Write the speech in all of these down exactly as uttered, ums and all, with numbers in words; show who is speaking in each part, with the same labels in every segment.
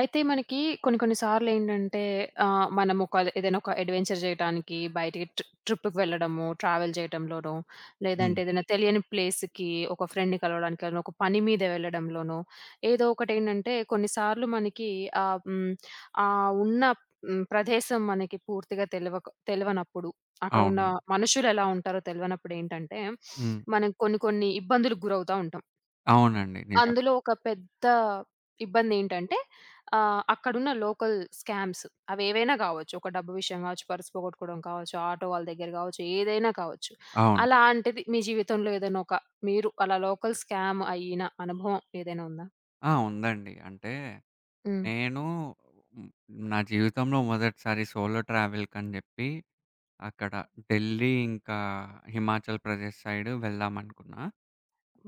Speaker 1: అయితే మనకి కొన్ని కొన్ని సార్లేంటంటే ఆహ్, మనం ఒక ఏదైనా ఒక అడ్వెంచర్ చేయటానికి బయటికి ట్రి ట్రిప్‌కి వెళ్ళడము, ట్రావెల్ చేయటంలోనో,
Speaker 2: హ్మ్.
Speaker 1: లేదంటే ఏదైనా తెలియని ప్లేస్‌కి ఒక ఫ్రెండ్‌ని కలవడానికి గాను, ఒక పని మీద వెళ్ళడంలోనో, ఏదో ఒకటేంటంటే కొన్నిసార్లు మనకి ఆహ్, హ్మ్, ఆహ్, ఉన్న హ్మ్, ప్రదేశం మనకి పూర్తిగా తెలవక తెలవనప్పుడు, అక్కడున్న
Speaker 2: అవును.
Speaker 1: మనుషులెలా ఉంటారో తెలవనప్పుడేంటంటే,
Speaker 2: హ్మ్.
Speaker 1: మనం కొన్ని కొన్ని ఇబ్బందులకు గురవుతా ఉంటాం.
Speaker 2: అవునండి. నిజమే.
Speaker 1: అందులో ఒక పెద్ద ఇబ్బందేంటంటే ఆహ్, అక్కడున్న లోకల్ స్కామ్స్ అవేవైనా గావచ్చు. ఒక డబ్బు విషయం గావచ్చు, పర్స్ పోగొట్టుకోవడం కావచ్చు, ఆటో వాళ్ళ దగ్గర కావచ్చు, ఏదైనా కావచ్చు.
Speaker 2: అవును.
Speaker 1: అలాంటిది మీ జీవితంలో ఏదైనా ఒక మీరు అలా లోకల్ స్కామ్ అయిన అనుభవం ఏదైనా ఉందా?
Speaker 2: ఆ! ఉందండి. అంటే
Speaker 1: హ్మ్.
Speaker 2: నేను హ్మ్. నా జీవితంలో మొదటిసారి సోలో ట్రావెల్‌కని జెప్పి అక్కడ ఢిల్లీ ఇంకా హిమాచల్ ప్రదేశ్ సైడ్ వెళ్దామనుకున్నా.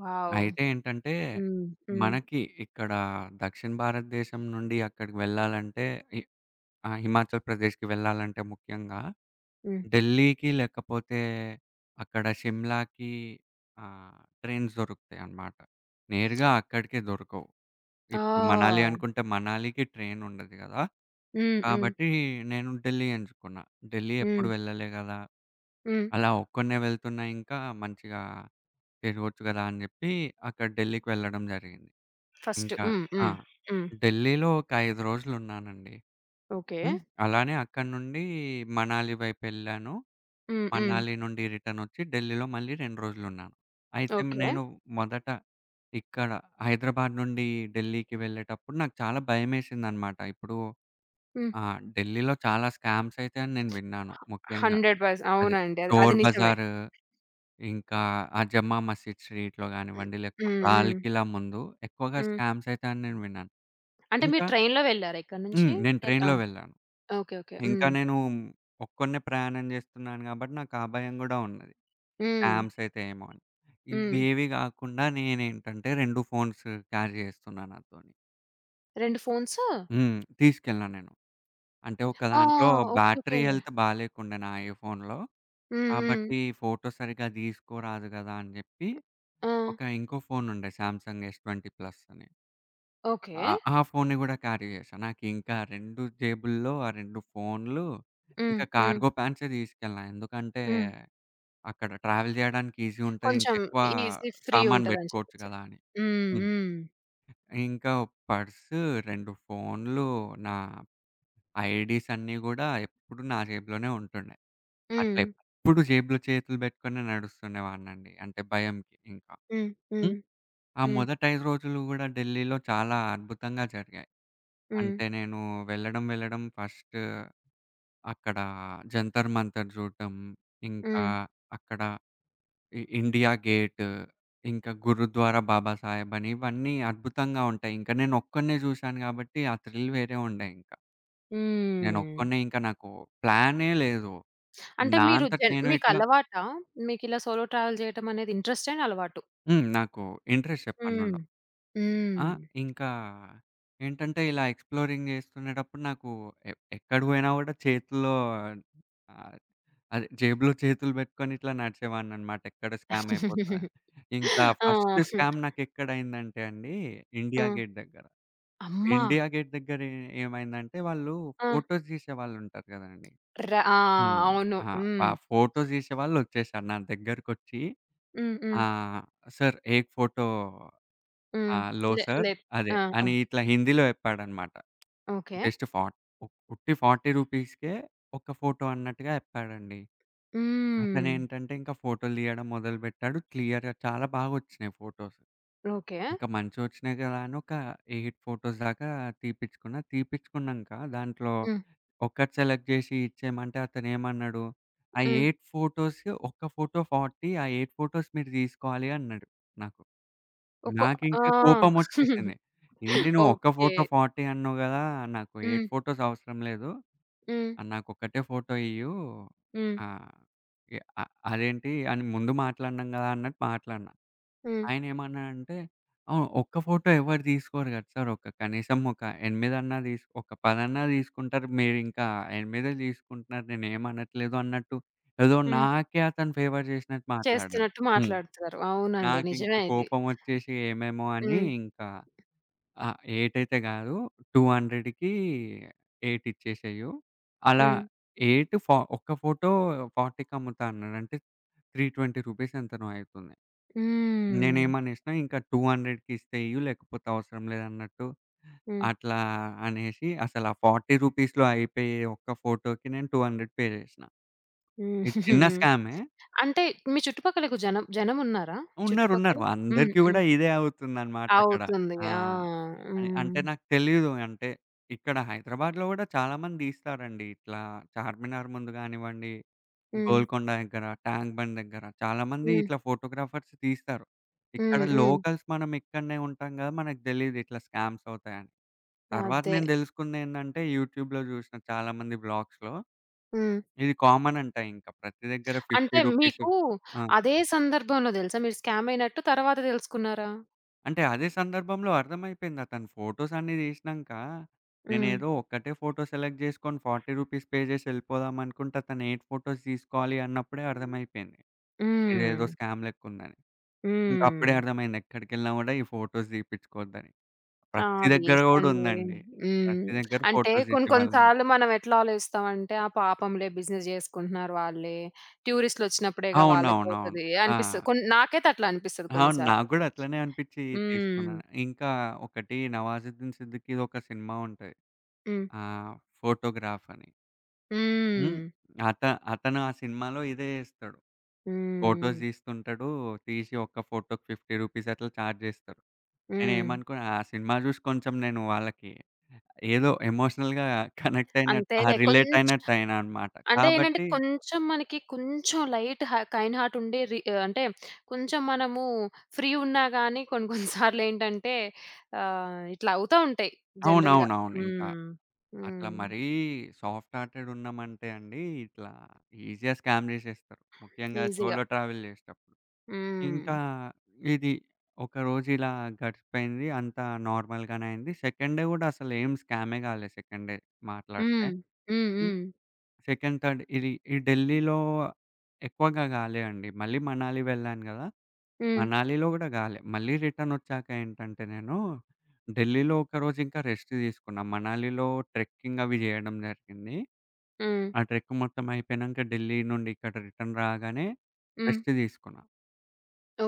Speaker 1: వావ్!
Speaker 2: అయితే ఏంటంటే
Speaker 1: హ్మ్. హ్మ్.
Speaker 2: మనకి ఇక్కడ దక్షిణ భారతదేశం నుండి అక్కడికి వెళ్ళాలంటే ఇ ఆ! హిమాచల్ ప్రదేశ్‌కి వెళ్ళాలంటే ముఖ్యంగా
Speaker 1: హ్మ్.
Speaker 2: ఢిల్లీకి లేకపోతే అక్కడ షిమ్లాకి ఆహ్, ట్రైన్స్ దొరుకుతాయన్నమాట. నేరుగా అక్కడికే దొరకవు. ఇప్పుడు మనాలి
Speaker 1: ఆ!
Speaker 2: అనుకుంటే మనాలికి ట్రైన్ ఉండదు గదా!
Speaker 1: హ్మ్. హ్మ్.
Speaker 2: కాబట్టి నేను ఢిల్లీ ఎంచుకున్నా. ఢిల్లీ ఎప్పుడు
Speaker 1: హ్మ్.
Speaker 2: వెళ్ళలే గదా!
Speaker 1: హ్మ్.
Speaker 2: అలా ఒక్కడినే వెళ్తున్నా ఇంకా మంచిగా తిరగొచ్చు గదా! అని జెప్పి అక్కడ ఢిల్లీకి వెళ్ళడం జరిగింది.
Speaker 1: ఫస్ట్.
Speaker 2: ఇంకా
Speaker 1: హ్మ్.
Speaker 2: ఆ!
Speaker 1: హ్మ్. హ్మ్.
Speaker 2: ఢిల్లీలో ఒక ఐదు రోజులున్నానండి.
Speaker 1: ఓకే.
Speaker 2: హ్మ్. అలానే అక్కడి నుండి మనాలి వైపెళ్ళాను.
Speaker 1: హ్మ్. హ్మ్.
Speaker 2: మనాలి నుండి రిటర్నొచ్చి ఢిల్లీలో మళ్ళీ రెండు రోజులున్నాను. అయితే
Speaker 1: ఓకే.
Speaker 2: నేను మొదట ఇక్కడ హైదరాబాద్ నుండి ఢిల్లీకి వెళ్ళేటప్పుడు నాకు చాలా భయమేసిందనమాట. ఇప్పుడు
Speaker 1: హ్మ్.
Speaker 2: ఆహ్, ఢిల్లీలో చాలా స్కామ్స్ అయితాయని నేను విన్నాను. ముఖ్యంగా
Speaker 1: వంద శాతం
Speaker 2: అదే
Speaker 1: అవునండి. అది అది
Speaker 2: చోర్
Speaker 1: నిజమే.
Speaker 2: బజార్, ఇంకా ఆ జమ్మా మసీద్ స్ట్రీట్‌లో
Speaker 1: హ్మ్.
Speaker 2: గానివ్వండి, లేకపోతే
Speaker 1: హ్మ్.
Speaker 2: లాల్
Speaker 1: హ్మ్.
Speaker 2: కిలా ముందు ఎక్కువగా
Speaker 1: హ్మ్.
Speaker 2: స్కామ్స్ అయితాయని నేను విన్నాను.
Speaker 1: అంటే మీరు
Speaker 2: ఇంకా
Speaker 1: ట్రైన్‌లో వెళ్లారా ఇక్కడి నుంచి?
Speaker 2: హ్మ్. నేను
Speaker 1: ఎల్ ఆ!
Speaker 2: ట్రైన్‌లో వెళ్ళాను.
Speaker 1: ఓకే. ఓకే.
Speaker 2: ఇంకా
Speaker 1: హ్మ్.
Speaker 2: నేను ఒక్కడినే ప్రయాణం చేస్తున్నాను కాబట్టి నాకు ఆ భయం గూడా ఉన్నది.
Speaker 1: హ్మ్.
Speaker 2: స్కామ్స్ అయితాయేమో అని.
Speaker 1: హ్మ్.
Speaker 2: ఇవేవి గాకుండా నేనేంటంటే రెండు ఫోన్స్ క్యారీ చేస్తున్నా నాతోని.
Speaker 1: రెండు ఫోన్సు?
Speaker 2: హ్మ్. తీసుకెళ్ళినా నేను. అంటే ఒక
Speaker 1: ఆ!
Speaker 2: దాంట్లో
Speaker 1: ఓకే.
Speaker 2: Battery
Speaker 1: okay.
Speaker 2: హెల్త్ బాలేకుండే నా ఐఫోన్‌లో.
Speaker 1: హ్మ్. హ్మ్.
Speaker 2: కాబట్టి ఫోటో సరిగ్గా తీసుకోరాదు గదా! అని జెప్పి
Speaker 1: ఆ!
Speaker 2: ఒక ఇంకో ఫోన్ ఉండే 'సామ్సంగ్ ఎస్ ఇరవై ప్లస్' అని.
Speaker 1: ఓకే.
Speaker 2: ఆ ఆ ఫోన్‌ని గూడా క్యారీ చేశా. నాకింకా రెండు జేబుల్లో ఆ రెండు ఫోన్‌లు
Speaker 1: హ్మ్.
Speaker 2: ఇంకా
Speaker 1: హ్మ్.
Speaker 2: కార్గో ప్యాంట్సే తీసుకెళ్ళినా. ఎందుకంటే
Speaker 1: హ్మ్.
Speaker 2: అక్కడ ట్రావెల్ జేయడానికి ఈజీ ఉంటది.
Speaker 1: కొంచెం
Speaker 2: ఇంకెక్కువ
Speaker 1: ఈజీ ఫ్రీ
Speaker 2: సామాను
Speaker 1: ఉంటదని
Speaker 2: బెట్టుకోవచ్చు
Speaker 1: చెప్పేసి.
Speaker 2: గదా! అని.
Speaker 1: హ్మ్.
Speaker 2: హ్మ్.
Speaker 1: హ్మ్.
Speaker 2: ఇంకా పర్సు, రెండు ఫోన్లు, నా ఐడీస్ అన్నీ గూడా ఎప్పుడు నా జేబులోనే ఉంటుండే. అట్లా
Speaker 1: హ్మ్.
Speaker 2: ఎప్పుడు జేబులో చేతులు బెట్టుకునే నడుస్తుండేవాడినండి. అంటే భయంకి ఇంకా.
Speaker 1: హ్మ్. హ్మ్.
Speaker 2: హ్మ్. ఆ
Speaker 1: హ్మ్.
Speaker 2: మొదటి ఐదు రోజులు గూడా ఢిల్లీలో చాలా అద్భుతంగా జరిగాయి.
Speaker 1: హ్మ్.
Speaker 2: అంటే నేను వెళ్ళడం, వెళ్ళడం ఫస్ట్ అక్కడ జంతర్ మంతర్ జూడటం, ఇంకా
Speaker 1: హ్మ్.
Speaker 2: అక్కడ ఇ ఇండియా గేట్, ఇంకా గురుద్వారా బాబా సాహెబ్ అని ఇవన్నీ అద్భుతంగా ఉంటాయి. ఇంకా నేనొక్కడినే చూశాను కాబట్టి ఆ థ్రిల్ వేరే ఉండే ఇంకా.
Speaker 1: హ్మ్.
Speaker 2: నేనొక్కడినే ఇంకా నాకు ప్లానే లేదు.
Speaker 1: అంటే
Speaker 2: నా
Speaker 1: మీరు
Speaker 2: అంతట
Speaker 1: జన్
Speaker 2: నేను ఇట్లా
Speaker 1: మీకలవాటా? మీకిలా సోలో ట్రావెల్ జేయటం అనేది ఇంట్రెస్ట్ అండ్ అలవాటు.
Speaker 2: హ్మ్. నాకు ఇంట్రెస్ట్
Speaker 1: హ్మ్.
Speaker 2: ఎప్పటినుండో. ఆ!
Speaker 1: హ్మ్.
Speaker 2: ఇంకా ఏంటంటే ఇలా ఎక్స్‌ప్లోరింగ్ చేస్తునేటప్పుడు నాకు ఎ ఎక్కడ పోయినా కూడా చేతిలో ఆహ్, అదే. జేబులో చేతులు బెట్టుకొని ఇట్లా నడిచేవాడిననమాట. ఎక్కడ స్కామ్ అయిపోతదని. ఇంకా ఫస్ట్
Speaker 1: ఆ!
Speaker 2: స్కామ్ నాకెక్కడైందంటే అండి,
Speaker 1: ఆ!
Speaker 2: ఇండియా గేట్ దగ్గర.
Speaker 1: అమ్మా!
Speaker 2: ఇండియా గేట్ దగ్గర ఏ ఏమైందంటే వాళ్ళు
Speaker 1: ఆ!
Speaker 2: ఫోటోస్ తీసేవాళ్ళుంటారు గదండీ!
Speaker 1: ర ఆ!
Speaker 2: హ్మ్.
Speaker 1: అవును.
Speaker 2: ఆ! ఆ
Speaker 1: హ్మ్.
Speaker 2: ఫోటోస్ తీసేవాళ్ళొచ్చేసారు నా దగ్గరకొచ్చి
Speaker 1: హ్మ్. హ్మ్.
Speaker 2: ఆహ్, "సర్ ఏక్ ఫోటో
Speaker 1: హ్మ్.
Speaker 2: ఆహ్, లో
Speaker 1: లే
Speaker 2: సర్"
Speaker 1: లేదు.
Speaker 2: అదే.
Speaker 1: ఆ! ఆ!
Speaker 2: అని ఇట్లా హిందీలో జెప్పాడనమాట.
Speaker 1: ఓకే.
Speaker 2: జస్ట్ ఫాట్ ఉ ఉట్టి రూ. 40కే ఒక ఫోటో అన్నట్టుగా జెప్పాడండి.
Speaker 1: హ్మ్.
Speaker 2: అతనేంటంటే ఇంకా ఫోటోలు తీయడం మొదలుపెట్టాడు. క్లియర్‌గా చాలా బాగొచ్చినాయి ఫోటోస్.
Speaker 1: ఓకే.
Speaker 2: ఇంకా మంచిగొచ్చినాయి గదా! అని ఒక ఎనిమిది ఫోటోస్ దాకా తీపిచ్చుకున్నా. తీపిచ్చుకున్నంక దాంట్లో
Speaker 1: హ్మ్.
Speaker 2: ఒకటి సెలెక్ట్ జేసి ఇచ్చేయమంటే అతనేమన్నాడు, "ఆ
Speaker 1: హ్మ్.
Speaker 2: ఎనిమిది ఫోటోస్ ఒక్క ఫోటో నలభై ఆ ఎనిమిది ఫోటోస్ మీరు తీసుకోవాలి" అన్నాడు నాకు.
Speaker 1: ఒక్కో ఆ!
Speaker 2: నాకింకా కోపమొచ్చేసింది. "ఏంది నువ్వు ఒక్క
Speaker 1: ఓకే.
Speaker 2: ఫోటో నలభై అన్నావు గదా! నాకు ఎనిమిది
Speaker 1: హ్మ్.
Speaker 2: ఫోటోస్ అవసరం లేదు"
Speaker 1: హ్మ్.
Speaker 2: ఆ! నాకొక్కటే ఫోటో ఇయ్యూ.
Speaker 1: హ్మ్.
Speaker 2: ఆ! ఎ అ అదేంటి అని ముందు మాట్లాడినాం గదా! అన్నట్టు మాట్లాడినా.
Speaker 1: హ్మ్.
Speaker 2: ఆయనేమన్నాడంటే, "అవును. ఒక్క ఫోటో ఎవరు తీసుకోరు గదా సార్! ఒక కనీసం ఒక ఎనిమిది అన్నా తీసు ఒక పది అన్నా తీసుకుంటారు. మీరింకా ఎనిమిది తీసుకుంటున్నారు. నేనేమనట్లేదు" అన్నట్టు ఏదో
Speaker 1: హ్మ్.
Speaker 2: నాకే అతను ఫేవర్ చేసినట్టు మాట్లాడాడు.
Speaker 1: చేస్తున్నట్టు
Speaker 2: హ్మ్.
Speaker 1: మాట్లాడుతున్నారు. అవునండి. నిజమే
Speaker 2: నాకింక
Speaker 1: ఇది.
Speaker 2: కోపమొచ్చేసి ఏమేమో అని
Speaker 1: హ్మ్.
Speaker 2: ఇంకా ఆ! ఎనిమిది అయితే గాదు. 200కి ఎనిమిది ఇచ్చేసేయు. అలా
Speaker 1: హ్మ్.
Speaker 2: ఎనిమిది ఫా ఒక్క ఫోటో 40కి అమ్ముతా అన్నాడు. అంటే రూ. మూడు వందల ఇరవై ఎంతనో అయితుంది.
Speaker 1: హ్మ్.
Speaker 2: నేనేమనేసినా ఇంకా 200కి ఇస్తే ఇయ్యు లేకపోతే అవసరం లేదన్నట్టు
Speaker 1: హ్మ్.
Speaker 2: అట్లా అనేసి అసలు ఆ రూ. 40లో అయిపోయే ఒక్క ఫోటోకి నేను రెండు వందలు పే చేసినా.
Speaker 1: హ్మ్.
Speaker 2: ఇది చిన్న స్కామే.
Speaker 1: అంటే మీ చుట్టుపక్కలకు జనం జనమున్నారా?
Speaker 2: ఉన్నారు.
Speaker 1: చుట్టుపక్కల?
Speaker 2: ఉన్నారు.
Speaker 1: హ్మ్.
Speaker 2: అందరికి
Speaker 1: హ్మ్.
Speaker 2: గూడా ఇదే అవుతుందన్నమాట అక్కడ.
Speaker 1: అవుతుంది.
Speaker 2: ఆ!
Speaker 1: ఆ!
Speaker 2: అని అంటే
Speaker 1: హ్మ్.
Speaker 2: నాకు తెలీదు. అంటే ఇక్కడ హైదరాబాద్‌లో గూడా చాలా మంది తీస్తారండి. ఇట్లా చార్మినార్ ముందు గానివ్వండి,
Speaker 1: హ్మ్.
Speaker 2: గోల్కొండ దగ్గర, ట్యాంక్ బండ్ దగ్గర చాలా మంది
Speaker 1: హ్మ్.
Speaker 2: ఇట్లా ఫోటోగ్రాఫర్స్ తీస్తారు. ఇక్కడ
Speaker 1: హ్మ్. హ్మ్.
Speaker 2: లోకల్స్ మనం ఇక్కడనే ఉంటాం గదా! మనకు తెలీదు ఇట్లా స్కామ్స్ అవుతాయని. తర్వాత
Speaker 1: అదే.
Speaker 2: నేను తెలుసుకుందేంటంటే యూట్యూబ్‌లో జూసిన చాలా మంది వ్లాగ్స్‌లో
Speaker 1: హ్మ్.
Speaker 2: ఇది కామన్ అంట ఇంకా. ప్రతి దగ్గర రూ.
Speaker 1: అంటే
Speaker 2: యాభై
Speaker 1: మీకు
Speaker 2: ఆ!
Speaker 1: అదే సందర్భంలో తెలుసా మీరు స్కామ్ అయినట్టు తర్వాత తెలుసుకున్నారా?
Speaker 2: అంటే అదే సందర్భంలో అర్థమైపోయింది. అతను ఫోటోస్ అన్నీ తీసినంక,
Speaker 1: హ్మ్.
Speaker 2: నేనేదో ఒక్కటే ఫోటో సెలెక్ట్ చేసుకొని రూ. నలభై పే చేసి వెళ్ళిపోదాం అనుకుంటే, అతను ఎనిమిది ఫోటోస్ తీసుకోవాలి అన్నప్పుడే అర్థమైపోయింది. ఇదేదో
Speaker 1: హ్మ్.
Speaker 2: స్కామ్ లెక్కుందని. ఇంకా అప్పుడే
Speaker 1: హ్మ్.
Speaker 2: అర్థమైంది ఎక్కడికెళ్ళినా కూడా ఈ ఫోటోస్ తీపిచ్చుకోవద్దని.
Speaker 1: ఆ!
Speaker 2: ప్రతి దగ్గర
Speaker 1: వేస్ట్
Speaker 2: కూడా
Speaker 1: అండి.
Speaker 2: ఉందండి.
Speaker 1: హ్మ్.
Speaker 2: ప్రతి దగ్గర
Speaker 1: అంటే
Speaker 2: ఫోటోస్
Speaker 1: కొన్ని కొన్ని
Speaker 2: తీసేవాళ్ళండి.
Speaker 1: సార్లు మనం ఎట్లా ఆలోచిస్తామంటే, ఆ పాపంలే బిజినెస్ చేసుకుంటున్నారు వాళ్ళే. టూరిస్ట్‌లొచ్చినప్పుడేగా
Speaker 2: అవునవునవును.
Speaker 1: వాళ్ళకవుతది
Speaker 2: ఆ!
Speaker 1: అనిపిస్తది. కొన్ని నాకైతే అట్లా అనిపిస్తది
Speaker 2: అవును. నాకు
Speaker 1: కొన్నిసార్లు.
Speaker 2: కూడా అట్లనే అనిపిచ్చి
Speaker 1: హ్మ్.
Speaker 2: తీసుకున్నాను. ఇంకా ఒకటి 'నవాజుద్దీన్ సిద్దికీ'ది ఒక సినిమా ఉంటది.
Speaker 1: హ్మ్.
Speaker 2: ఆహ్, 'ఫోటోగ్రాఫ్' అని. హ్మ్.
Speaker 1: హ్మ్.
Speaker 2: అత అతను ఆ సినిమాలో ఇదే జేస్తాడు. ఫోటోస్
Speaker 1: హ్మ్.
Speaker 2: దీస్తుంటాడు. తీసి ఒక్క ఫోటోకి రూ. యాభై అట్లా చార్జ్ జేస్తారు.
Speaker 1: హ్మ్.
Speaker 2: నేనేమనుకున్నా ఆ సినిమా జూసి కొంచెం నేను వాళ్ళకి ఏదో ఎమోషనల్‌గా కనెక్ట్ అయినట్టు ఆ!
Speaker 1: అంతేలే
Speaker 2: రిలేట్
Speaker 1: కొంచెం
Speaker 2: అయినట్టు అయినా అన్నమాట.
Speaker 1: అంటే ఏంటంటే
Speaker 2: కాబట్టి
Speaker 1: కొంచెం మనకి కొంచెం లైట్ హ కైండ్ హార్ట్ ఉండే రి అంటే కొంచెం మనము ఫ్రీ ఉన్నా గాని కొన్ని కొన్ని సార్లు ఏంటంటే ఆహ్, ఇట్లా అవుతా ఉంటాయి జనరల్‌గా.
Speaker 2: అవునవునవును. ఇంకా
Speaker 1: హ్మ్.
Speaker 2: అట్లా
Speaker 1: హ్మ్.
Speaker 2: మరీ సాఫ్ట్ హార్టెడ్ ఉన్నామంటే అండి, ఇట్లా ఈజీగా స్కామ్ జేసేస్తారు. ముఖ్యంగా
Speaker 1: ఈజీ‌గా.
Speaker 2: సోలో ట్రావెల్ జేసేటప్పుడు.
Speaker 1: హ్మ్.
Speaker 2: ఇంకా ఇది ఒకరోజు ఇలా గడిచిపోయింది. అంతా నార్మల్‌గానే అయింది. సెకండ్ డే గూడా అసలేం స్కామే గాలే సెకండ్ డే మాట్లాడితే.
Speaker 1: హ్మ్. హ్మ్.
Speaker 2: హ్మ్.
Speaker 1: హ్మ్.
Speaker 2: సెకండ్, థర్డ్ ఇది ఈ ఢిల్లీలో ఎక్కువగా గాలే అండి. మళ్ళీ మనాలి వెళ్ళాను గదా!
Speaker 1: హ్మ్.
Speaker 2: మనాలిలో గూడా గాలే. మళ్ళీ రిటర్నొచ్చాక ఏంటంటే నేను ఢిల్లీలో ఒకరోజు ఇంకా రెస్ట్ తీసుకున్నా. మనాలిలో ట్రెక్కింగ్ అవి జేయడం జరిగింది.
Speaker 1: హ్మ్.
Speaker 2: ఆ ట్రెక్ మొత్తం అయిపోయినంక ఢిల్లీ నుండి ఇక్కడ రిటర్న్ రాగానే
Speaker 1: హ్మ్.
Speaker 2: రెస్ట్ తీసుకున్నా.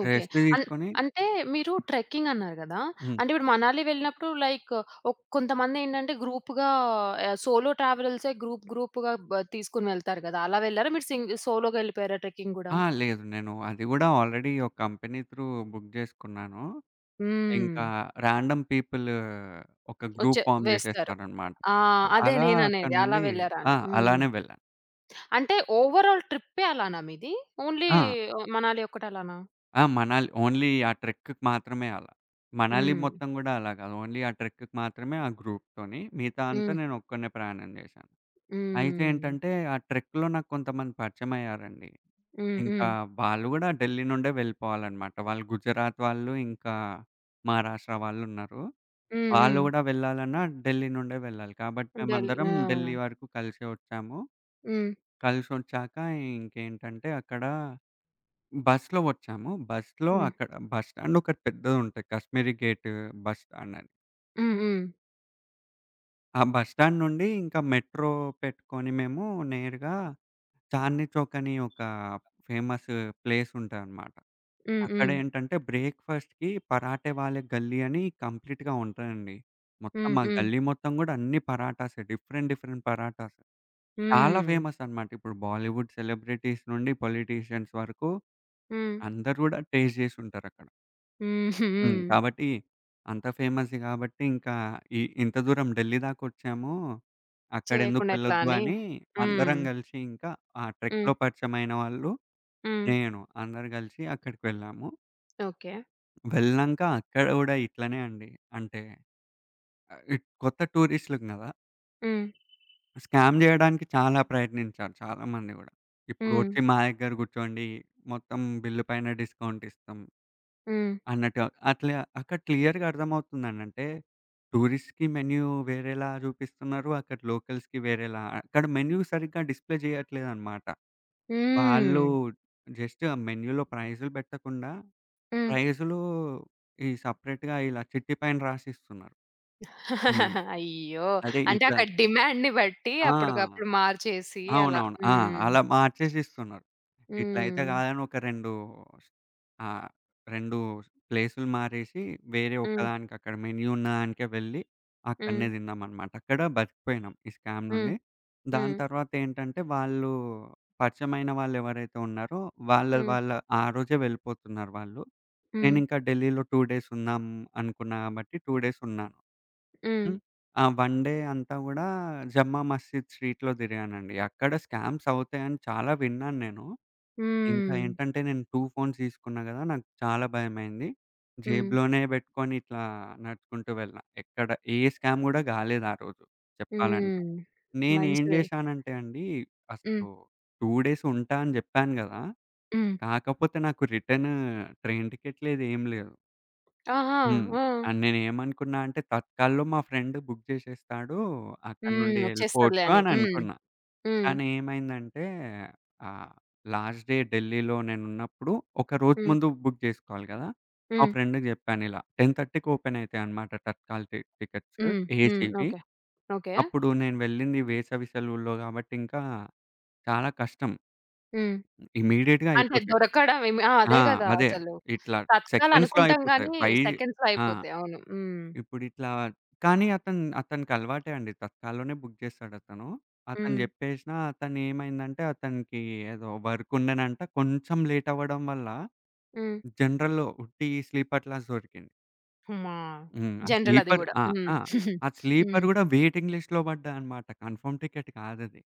Speaker 1: ఓకే.
Speaker 2: రెస్ట్
Speaker 1: అన్
Speaker 2: తీసుకొని
Speaker 1: అంటే మీరు ట్రెక్కింగ్ అన్నారు గదా!
Speaker 2: హ్మ్.
Speaker 1: అంటే ఇప్పుడు మనాలి వెళ్ళినప్పుడు లైక్ ఒక్ కొంతమందేంటంటే గ్రూప్‌గా ఆహ్, సోలో ట్రావెల్సే గ్రూప్ గ్రూప్‌గా బ తీసుకొని వెళ్తారు గదా! అలా వెళ్లారా? మీరు సింగ్ సోలోగా ఎళ్ళిపోయారా ట్రెక్కింగ్ గూడా?
Speaker 2: ఆ! లేదు. నేను అది గూడా ఆల్రెడీ ఒక కంపెనీ త్రూ బుక్ జేసుకున్నాను.
Speaker 1: హ్మ్.
Speaker 2: ఇంకా రాండమ్ పీపుల్ ఒక గ్రూప్
Speaker 1: వచ్చే
Speaker 2: ఫార్మ్
Speaker 1: వేస్తారు.
Speaker 2: జేసేస్తారనమాట.
Speaker 1: ఆ! అదే
Speaker 2: అలా అక్కడి
Speaker 1: నేననేది. అలా
Speaker 2: నుండి
Speaker 1: వెళ్లారా
Speaker 2: ఆ!
Speaker 1: అని. హ్మ్.
Speaker 2: అలానే వెళ్ళాను.
Speaker 1: అంటే ఓవరాల్ ట్రిప్పే అలానా మీది? ఓన్లీ
Speaker 2: ఆ!
Speaker 1: మనాలి ఒక్కటే అలానా?
Speaker 2: ఆ! మనాలి ఓన్లీ ఆ ట్రెక్‌కి మాత్రమే అలా. మనాలి
Speaker 1: హ్మ్.
Speaker 2: మొత్తం గూడా అలా గాదు. ఓన్లీ ఆ ట్రెక్‌కి మాత్రమే ఆ గ్రూప్‌తోని. మిగతా అంతా
Speaker 1: హ్మ్.
Speaker 2: నేనొక్కడినే ప్రయాణం జేశాను. అయితే
Speaker 1: హ్మ్.
Speaker 2: ఏంటంటే, ఆ ట్రెక్‌లో నాకు కొంతమంది పరిచయమయ్యారండి.
Speaker 1: హ్మ్.
Speaker 2: ఇంకా
Speaker 1: హ్మ్.
Speaker 2: వాళ్ళు గూడా ఢిల్లీ నుండే వెళ్ళిపోవాలన్నమాట. వాళ్ళు గుజరాత్ వాళ్ళు, ఇంకా మహారాష్ట్ర వాళ్ళున్నారు.
Speaker 1: హ్మ్. హ్మ్.
Speaker 2: వాళ్ళు గూడా వెళ్ళాలన్నా ఢిల్లీ నుండే వెళ్ళాలి. కాబట్టి
Speaker 1: డెల్
Speaker 2: మేమందరం
Speaker 1: ఆ!
Speaker 2: ఢిల్లీ వరకు కలిసే వచ్చాము.
Speaker 1: హ్మ్.
Speaker 2: కలిసొచ్చాక ఇంకేంటంటే అక్కడ బస్‌లో వచ్చాము. బస్‌లో
Speaker 1: హ్మ్.
Speaker 2: అక్కడ బస్ స్టాండ్ ఒకటి పెద్దదుంటది. 'కాశ్మీరీ గేట్' బస్ స్టాండ్ అని.
Speaker 1: హ్మ్. హ్మ్.
Speaker 2: ఆ బస్ స్టాండ్ నుండి ఇంకా మెట్రో పెట్టుకొని మేము నేరుగా 'చాందనీ చౌక్' అని ఒక ఫేమస్ ప్లేస్ ఉంటదన్నమాట.
Speaker 1: హ్మ్. హ్మ్.
Speaker 2: అక్కడేంటంటే బ్రేక్‌ఫాస్ట్‌కి పరాటే వాలే గల్లీ అని కంప్లీట్‌గా ఉంటదండి. మొత్తం
Speaker 1: హ్మ్.
Speaker 2: ఆ
Speaker 1: హ్మ్.
Speaker 2: గల్లీ మొత్తం గూడా అన్ని పరాటాసే. Different different parathas. చాలా
Speaker 1: హ్మ్.
Speaker 2: ఫేమస్ అన్నమాట. ఇప్పుడు బాలీవుడ్ సెలబ్రిటీస్ నుండి పొలిటీషియన్స్ వరకు
Speaker 1: హ్మ్.
Speaker 2: అందరూ గూడా టేస్ట్ జేసుంటారక్కడ.
Speaker 1: హ్మ్.
Speaker 2: హ్మ్.
Speaker 1: హ్మ్.
Speaker 2: కాబట్టి అంత ఫేమస్ కాబట్టి ఇంకా ఈ ఇంత దూరం ఢిల్లీ దాకొచ్చాము. అక్కడెందుకు
Speaker 1: చేయకుండా ఎట్లా
Speaker 2: వెళ్ళొద్దు
Speaker 1: అని.
Speaker 2: అని
Speaker 1: హ్మ్.
Speaker 2: అందరం గలిసి ఇంకా ఆ
Speaker 1: హ్మ్.
Speaker 2: ట్రెక్‌లో పరిచయమైన వాళ్ళు,
Speaker 1: హ్మ్.
Speaker 2: నేను అందరు గలిసి అక్కడికి వెళ్ళాము.
Speaker 1: ఓకే.
Speaker 2: వెళ్ళినంక అక్కడ గూడా ఇట్లనే అండి. అంటే ఆహ్, ఇట్ కొత్త టూరిస్టులు గదా!
Speaker 1: హ్మ్.
Speaker 2: స్కామ్ జేయడానికి చాలా ప్రయత్నించారు చాలామంది గూడా.
Speaker 1: హ్మ్.
Speaker 2: ఇప్పుడొచ్చి మా దగ్గర గూర్చోండి, మొత్తం బిల్లు పైన డిస్కౌంట్ ఇస్తాం
Speaker 1: హ్మ్.
Speaker 2: అన్నట్టుగా. అట్లా అక్కడ క్లియర్‌గా అర్థమవుతుందండి. అంటే టూరిస్ట్‌కి మెన్యూ వేరేలా జూపిస్తున్నారు. అక్కడ లోకల్స్‌కి వేరేలా. అక్కడ మెన్యూ సరిగ్గా డిస్‌ప్లే జేయట్లేదనమాట. వాళ్ళు
Speaker 1: హ్మ్.
Speaker 2: జస్ట్ ఆ మెన్యూలో ప్రైజులు బెట్టకుండా
Speaker 1: హ్మ్.
Speaker 2: ప్రైజులు ఈ సెపరేట్‌గా ఇలా చిట్టి పైన రాసిస్తున్నారు. హ్మ్.
Speaker 1: అయ్యో!
Speaker 2: అదే
Speaker 1: అంటే
Speaker 2: ఇట్లా
Speaker 1: అక్కడ డిమాండ్‌ని బట్టి
Speaker 2: ఆ!
Speaker 1: అప్పటికప్పుడు మార్చేసి అలా.
Speaker 2: అవునవును. ఆ!
Speaker 1: హ్మ్.
Speaker 2: అలా మార్చేసి ఇస్తున్నారు. ఇట్లయితే
Speaker 1: హ్మ్.
Speaker 2: కాదని ఒక రెండు ఆహ్, రెండు ప్లేసులు మారేసి వేరే
Speaker 1: హ్మ్.
Speaker 2: ఒకదానికి అక్కడ మెన్యూ ఉన్నదానికే వెళ్ళి
Speaker 1: హ్మ్.
Speaker 2: అక్కడనే తిన్నామనమాట. అక్కడ బతికిపోయినాం ఈ స్కామ్
Speaker 1: హ్మ్.
Speaker 2: నుండి. దాని
Speaker 1: హ్మ్.
Speaker 2: తర్వాత ఏంటంటే వాళ్ళు పరిచయమైన వాళ్ళెవరైతే ఉన్నారో వాళ్ళ
Speaker 1: హ్మ్.
Speaker 2: వాళ్ళ ఆ రోజే వెళ్ళిపోతున్నారు వాళ్ళు.
Speaker 1: హ్మ్.
Speaker 2: నేనింకా ఢిల్లీలో రెండు డేస్ ఉందాం అనుకున్నా కాబట్టి రెండు డేస్ ఉన్నాను.
Speaker 1: హ్మ్.
Speaker 2: హ్మ్. ఆ వన్ డే అంతా గూడా జమ్మా మస్జిద్ స్ట్రీట్‌లో తిరిగానండి. అక్కడ స్కామ్స్ అవుతాయని చాలా విన్నాను నేను. ఇంకా
Speaker 1: హ్మ్.
Speaker 2: ఏంటంటే నేను రెండు ఫోన్స్ తీసుకున్నా గదా! నాకు చాలా భయమైంది.
Speaker 1: హ్మ్.
Speaker 2: జేబులోనే పెట్టుకొని ఇట్లా నడుచుకుంటూ వెళ్ళిన. ఎక్కడ ఏ స్కామ్ గూడా గాలేదు ఆ రోజు చెప్పాలంటే.
Speaker 1: హ్మ్.
Speaker 2: నేనేం
Speaker 1: మంచిది.
Speaker 2: జేశానంటే అండి
Speaker 1: హ్మ్.
Speaker 2: అసలు రెండు డేస్ ఉంటా అని జెప్పాను గదా!
Speaker 1: హ్మ్.
Speaker 2: కాకపోతే నాకు రిటర్న్ ట్రైన్ టికెట్ లేదు ఏం లేదు.
Speaker 1: ఆహా!
Speaker 2: హ్మ్.
Speaker 1: ఆ!
Speaker 2: ఆహ్, నేనేమనుకున్నా అంటే తత్కాల్‌లో మా ఫ్రెండ్ బుక్ చేసేస్తాడు. అక్కడి
Speaker 1: హ్మ్.
Speaker 2: నుండి
Speaker 1: వచ్చేస్తదిలే
Speaker 2: వెళ్ళిపోవచ్చు
Speaker 1: అని.
Speaker 2: అని
Speaker 1: హ్మ్.
Speaker 2: అనుకున్నా.
Speaker 1: హ్మ్.
Speaker 2: కానీ ఏమైందంటే ఆహ్, లాస్ట్ డే ఢిల్లీలో నేనున్నప్పుడు ఒక రోజు
Speaker 1: హ్మ్.
Speaker 2: ముందు బుక్ చేసుకోవాలి కదా! మా
Speaker 1: హ్మ్.
Speaker 2: ఫ్రెండ్‌కి చెప్పాను ఇలా 10:30కి ఓపెన్ అయితాయన్నమాట తత్కాల్ టి టికెట్స్
Speaker 1: హ్మ్. హ్మ్.
Speaker 2: ఏసీవి.
Speaker 1: ఓకే. ఓకే.
Speaker 2: అప్పుడు నేను వెళ్ళింది వేసవి సెలవుల్లో కాబట్టి ఇంకా చాలా కష్టం.
Speaker 1: హ్మ్.
Speaker 2: ఇమ్మీడియేట్‌గా
Speaker 1: అంటే
Speaker 2: అయిపోతాయి.
Speaker 1: దొరకడం ఏమి ఆ!
Speaker 2: ఆ!
Speaker 1: అదే గదా!
Speaker 2: అదే
Speaker 1: అసలు.
Speaker 2: ఇట్లా సెకండ్స్‌లో
Speaker 1: తతకాలనుకుంటాం
Speaker 2: అయిపోతాయి.
Speaker 1: గానీ
Speaker 2: ఫైవ్
Speaker 1: సెకండ్స్‌లో
Speaker 2: ఆ!
Speaker 1: అయిపోతాయి. అవును. హ్మ్.
Speaker 2: ఇప్పుడిట్లా కానీ అతను అతనికలవాటే అండి. తత్కాల్‌లోనే బుక్ జేస్తాడతను. అతను
Speaker 1: హ్మ్.
Speaker 2: జెప్పేసినా అతనేమైందంటే అతనికి ఏదో వర్క్ ఉండెనంట. కొంచెం లేట్ అవ్వడం వల్ల
Speaker 1: హ్మ్.
Speaker 2: జనరల్‌లో ఉట్టి స్లీపర్ క్లాస్ దొరికింది.
Speaker 1: అమ్మా!
Speaker 2: హ్మ్. ఆ
Speaker 1: జనరల్ అది
Speaker 2: స్లీపర్
Speaker 1: గూడా.
Speaker 2: ఆ!
Speaker 1: హ్మ్.
Speaker 2: ఆ! ఆ
Speaker 1: హ్మ్.
Speaker 2: స్లీపర్ గూడా వెయిటింగ్ లిస్ట్‌లో పడ్డా అనమాట. కన్ఫర్మ్ టికెట్ కాదది.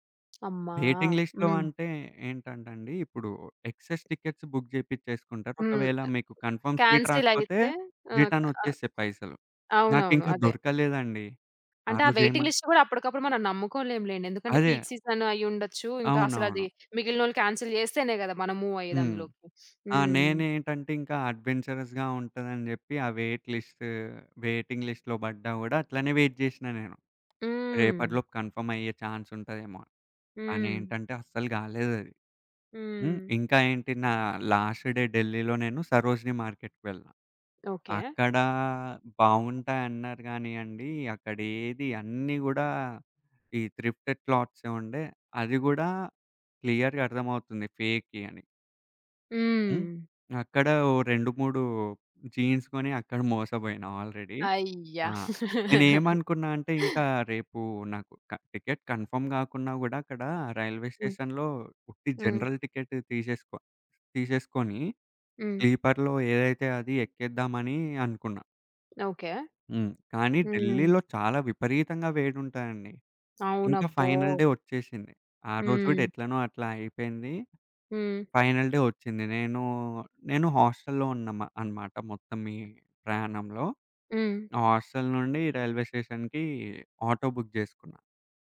Speaker 1: అమ్మా!
Speaker 2: వెయిటింగ్ లిస్ట్‌లో
Speaker 1: హ్మ్.
Speaker 2: అంటే ఏంటంటండి, ఇప్పుడు ఎక్సెస్ టికెట్స్ బుక్ జేపిచ్చేసుకుంటారు.
Speaker 1: హ్మ్.
Speaker 2: ఒకవేళ మీకు కన్ఫర్మ్ సీట్
Speaker 1: కాన్సెల్
Speaker 2: రాకపోతే
Speaker 1: అయితే ఆహ్,
Speaker 2: రిటర్న్
Speaker 1: ఆహ్,
Speaker 2: ఒచ్చేస్తాయి పైసలు.
Speaker 1: అవునవును.
Speaker 2: నాకింకా
Speaker 1: అదే.
Speaker 2: దొరకలేదండి. ఆ
Speaker 1: అంటే ఆ వెయిటింగ్
Speaker 2: రోజేమన్
Speaker 1: లిస్ట్ గూడా అప్పటికప్పుడు మనం నమ్ముకోలేం లెండి. ఎందుకంటే
Speaker 2: అదే.
Speaker 1: పీక్ సీజన్ అయ్యుండొచ్చు. ఇంకా
Speaker 2: అవునవును.
Speaker 1: అసలది మిగిలినోళ్ళు కాన్సెల్ జేస్తేనే గదా! మనం మూవ్ అయ్యేది
Speaker 2: హ్మ్.
Speaker 1: అందులోకి.
Speaker 2: ఆ!
Speaker 1: హ్మ్.
Speaker 2: నేనేంటంటే ఇంకా అడ్వెంచరస్‌గా ఉంటదని జెప్పి ఆ వెయిట్ లిస్ట్ వెయిటింగ్ లిస్ట్‌లో పడ్డా గూడా అట్లనే వెయిట్ జేషినా నేను.
Speaker 1: హ్మ్.
Speaker 2: రేపటిలోపు కన్ఫర్మ్ అయ్యే ఛాన్స్ ఉంటదేమో అని. కానీ
Speaker 1: హ్మ్.
Speaker 2: ఏంటంటే అస్సలు గాలేదది. హ్మ్.
Speaker 1: హ్మ్.
Speaker 2: ఇంకా ఏంటి నా లాస్ట్ డే ఢిల్లీలో నేను సరోజినీ మార్కెట్‌కి వెళ్ళా.
Speaker 1: ఓకే.
Speaker 2: అక్కడ బావుంటాయన్నారు గానీయండి, అక్కడేది అన్నీ గూడా ఈ థ్రిఫ్టెడ్ క్లాత్సే ఉండే. అది గూడా క్లియర్‌గా అర్థమవుతుంది ఫేకే అని. హ్మ్.
Speaker 1: హ్మ్.
Speaker 2: అక్కడ ఓ రెండు, మూడు జీన్స్ కొని అక్కడ మోసపోయినా ఆల్రెడీ.
Speaker 1: అయ్యా!
Speaker 2: ఆ! ఓకే. నేనేమనుకున్నా అంటే ఇంకా రేపు నాకు క టికెట్ కన్ఫర్మ్ కాకున్నా గూడా అక్కడ రైల్వే
Speaker 1: హ్మ్.
Speaker 2: స్టేషన్‌లో ఉట్టి
Speaker 1: హ్మ్.
Speaker 2: జనరల్ టికెట్ తీసేసుకో తీసేసుకొని
Speaker 1: హ్మ్.
Speaker 2: స్లీపర్‌లో ఏదైతే అది ఎక్కేద్దామని అనుకున్నా.
Speaker 1: ఓకే.
Speaker 2: హ్మ్. కానీ
Speaker 1: హ్మ్.
Speaker 2: ఢిల్లీలో చాలా విపరీతంగా వేడుంటదండి. ఇంకా
Speaker 1: అవునబ్బో!
Speaker 2: ఫైనల్ డే వచ్చేసింది. ఆ రోజు గూడా
Speaker 1: హ్మ్.
Speaker 2: ఎట్లనో అట్లా అయిపోయింది.
Speaker 1: హ్మ్.
Speaker 2: ఫైనల్ డే వచ్చింది. నేను, నేను హాస్టల్‌లో ఉన్నామ అన్నమాట మొత్తం ఈ ప్రయాణంలో.
Speaker 1: హ్మ్.
Speaker 2: హాస్టల్ నుండి రైల్వే స్టేషన్‌కి ఆటో బుక్ చేసుకున్నా.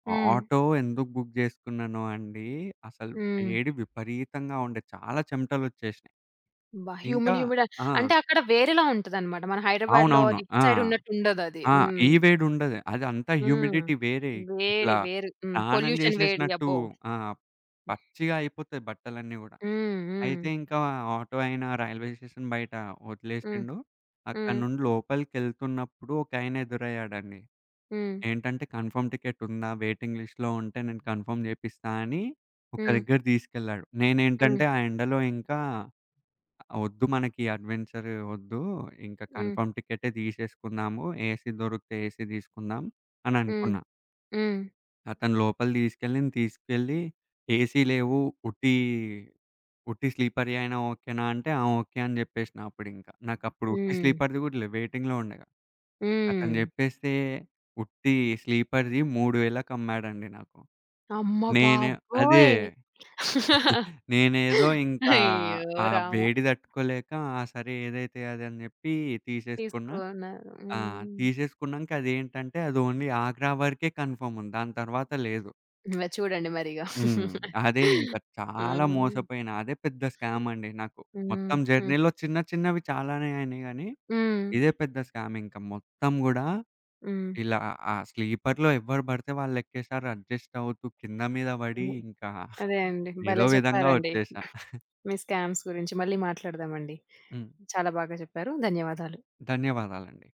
Speaker 1: హ్మ్.
Speaker 2: ఆటో ఎందుకు బుక్ చేసుకున్నానో అండి, అసలు
Speaker 1: హ్మ్.
Speaker 2: వేడి విపరీతంగా ఉండే. చాలా చెమటలొచ్చేసినాయి.
Speaker 1: అబ్బా!
Speaker 2: ఇంకా
Speaker 1: హ్యూమిడ్ హ్యూమిడ్
Speaker 2: ఆ!
Speaker 1: అంటే అక్కడ వేరేలా ఉంటదనమాట. మన హైదరాబాద్‌లో
Speaker 2: అవునవును.
Speaker 1: ఆర్ ఇటు
Speaker 2: ఆ!
Speaker 1: సైడ్ ఉన్నట్టు ఉండదది.
Speaker 2: ఆ!
Speaker 1: హ్మ్.
Speaker 2: ఈ వేడుండదు. అదంతా
Speaker 1: హ్మ్.
Speaker 2: హ్యూమిడిటీ వేరే. ఇట్లా
Speaker 1: వేరి వేరు. హ్మ్.
Speaker 2: స్నానం
Speaker 1: పొల్యూషన్ వేడి.
Speaker 2: చేసేసినట్టు
Speaker 1: అబ్బో!
Speaker 2: ఆ! పచ్చిగా అయిపోతాయి బట్టలన్నీ గూడా.
Speaker 1: హ్మ్. హ్మ్.
Speaker 2: అయితే ఇంకా ఆటో ఆయన రైల్వే స్టేషన్ బయట
Speaker 1: హ్మ్.
Speaker 2: వదిలేసిండు. అక్కడి నుండి లోపలికెళ్తున్నప్పుడు ఒకాయన ఎదురయ్యాడండి.
Speaker 1: హ్మ్.
Speaker 2: ఏంటంటే కన్ఫర్మ్ టికెట్ ఉందా? వెయిటింగ్ లిస్ట్‌లో ఉంటే నేను కన్ఫర్మ్ చేపిస్తా అని ఒక
Speaker 1: హ్మ్.
Speaker 2: దగ్గర తీసుకెళ్ళాడు.
Speaker 1: హ్మ్.
Speaker 2: నేనేంటంటే ఆ ఎండలో ఇంకా వద్దు మనకి ఈ అడ్వెంచర్ వద్దు. ఇంకా
Speaker 1: హ్మ్.
Speaker 2: కన్ఫర్మ్ టికెటే తీసేసుకుందాము. ఏసీ దొరికితే ఏసీ తీసుకుందాం అని
Speaker 1: హ్మ్.
Speaker 2: అనుకున్నా.
Speaker 1: హ్మ్. హ్మ్.
Speaker 2: అతను లోపలి తీసుకెళ్ళింది తీసుకెళ్ళి ఏసీ లేవు. ఉట్టి ఉట్టి స్లీపర్‌యి అయినా ఓకేనా అంటే, ఆ! ఓకే అని జెప్పేసినా అప్పుడింక. నాకప్పుడు ఉట్టి
Speaker 1: హ్మ్.
Speaker 2: స్లీపర్‌ది గూడా లేదు. వెయిటింగ్‌లో ఉండగా.
Speaker 1: హ్మ్.
Speaker 2: అతను జెప్పేస్తే ఉట్టి స్లీపర్‌ది 3000కి అమ్మాడండి నాకు.
Speaker 1: అమ్మ
Speaker 2: నేనే అదే.
Speaker 1: బాబోయ్!
Speaker 2: నేనేదో ఇంకా
Speaker 1: అయ్యో!
Speaker 2: ఆ
Speaker 1: రామ!
Speaker 2: వేడి తట్టుకోలేక ఆ! సరే ఏదైతే అది అని జెప్పి తీసేసుకున్నా.
Speaker 1: తీసుకున్నారు.
Speaker 2: ఆ!
Speaker 1: హ్మ్.
Speaker 2: తీసేసుకున్నంక అదేంటంటే అది ఓన్లీ ఆగ్రా వరకే కన్ఫర్మ్ ఉంది. దాని తర్వాత లేదు.
Speaker 1: ఇంగ చూడండి మరిగ.
Speaker 2: హ్మ్. అదే ఇంక
Speaker 1: ఆ!
Speaker 2: చాలా
Speaker 1: హ్మ్.
Speaker 2: మోసపోయినా. అదే పెద్ద స్కామ్ అండి నాకు. మొత్తం
Speaker 1: హ్మ్.
Speaker 2: జర్నీలో చిన్న చిన్నవి చాలానే అయినాయి గానీ,
Speaker 1: హ్మ్.
Speaker 2: ఇదే పెద్ద స్కామ్ ఇంక. మొత్తం గూడా
Speaker 1: హ్మ్.
Speaker 2: ఇలా ఆ స్లీపర్‌లో ఎవరు పడితే వాళ్ళెక్కేసారు. అడ్జస్ట్ అవుతూ కింద మీద పడి
Speaker 1: హ్మ్.
Speaker 2: ఇంకా
Speaker 1: అదే అండి.
Speaker 2: ఏదో
Speaker 1: భలే
Speaker 2: విధంగా
Speaker 1: చెప్పారండి.
Speaker 2: వచ్చేసా.
Speaker 1: మీ స్కామ్స్ గురించి మళ్ళీ మాట్లాడదామండి.
Speaker 2: హ్మ్.
Speaker 1: చాలా బాగా చెప్పారు. ధన్యవాదాలు.
Speaker 2: ధన్యవాదాలండి.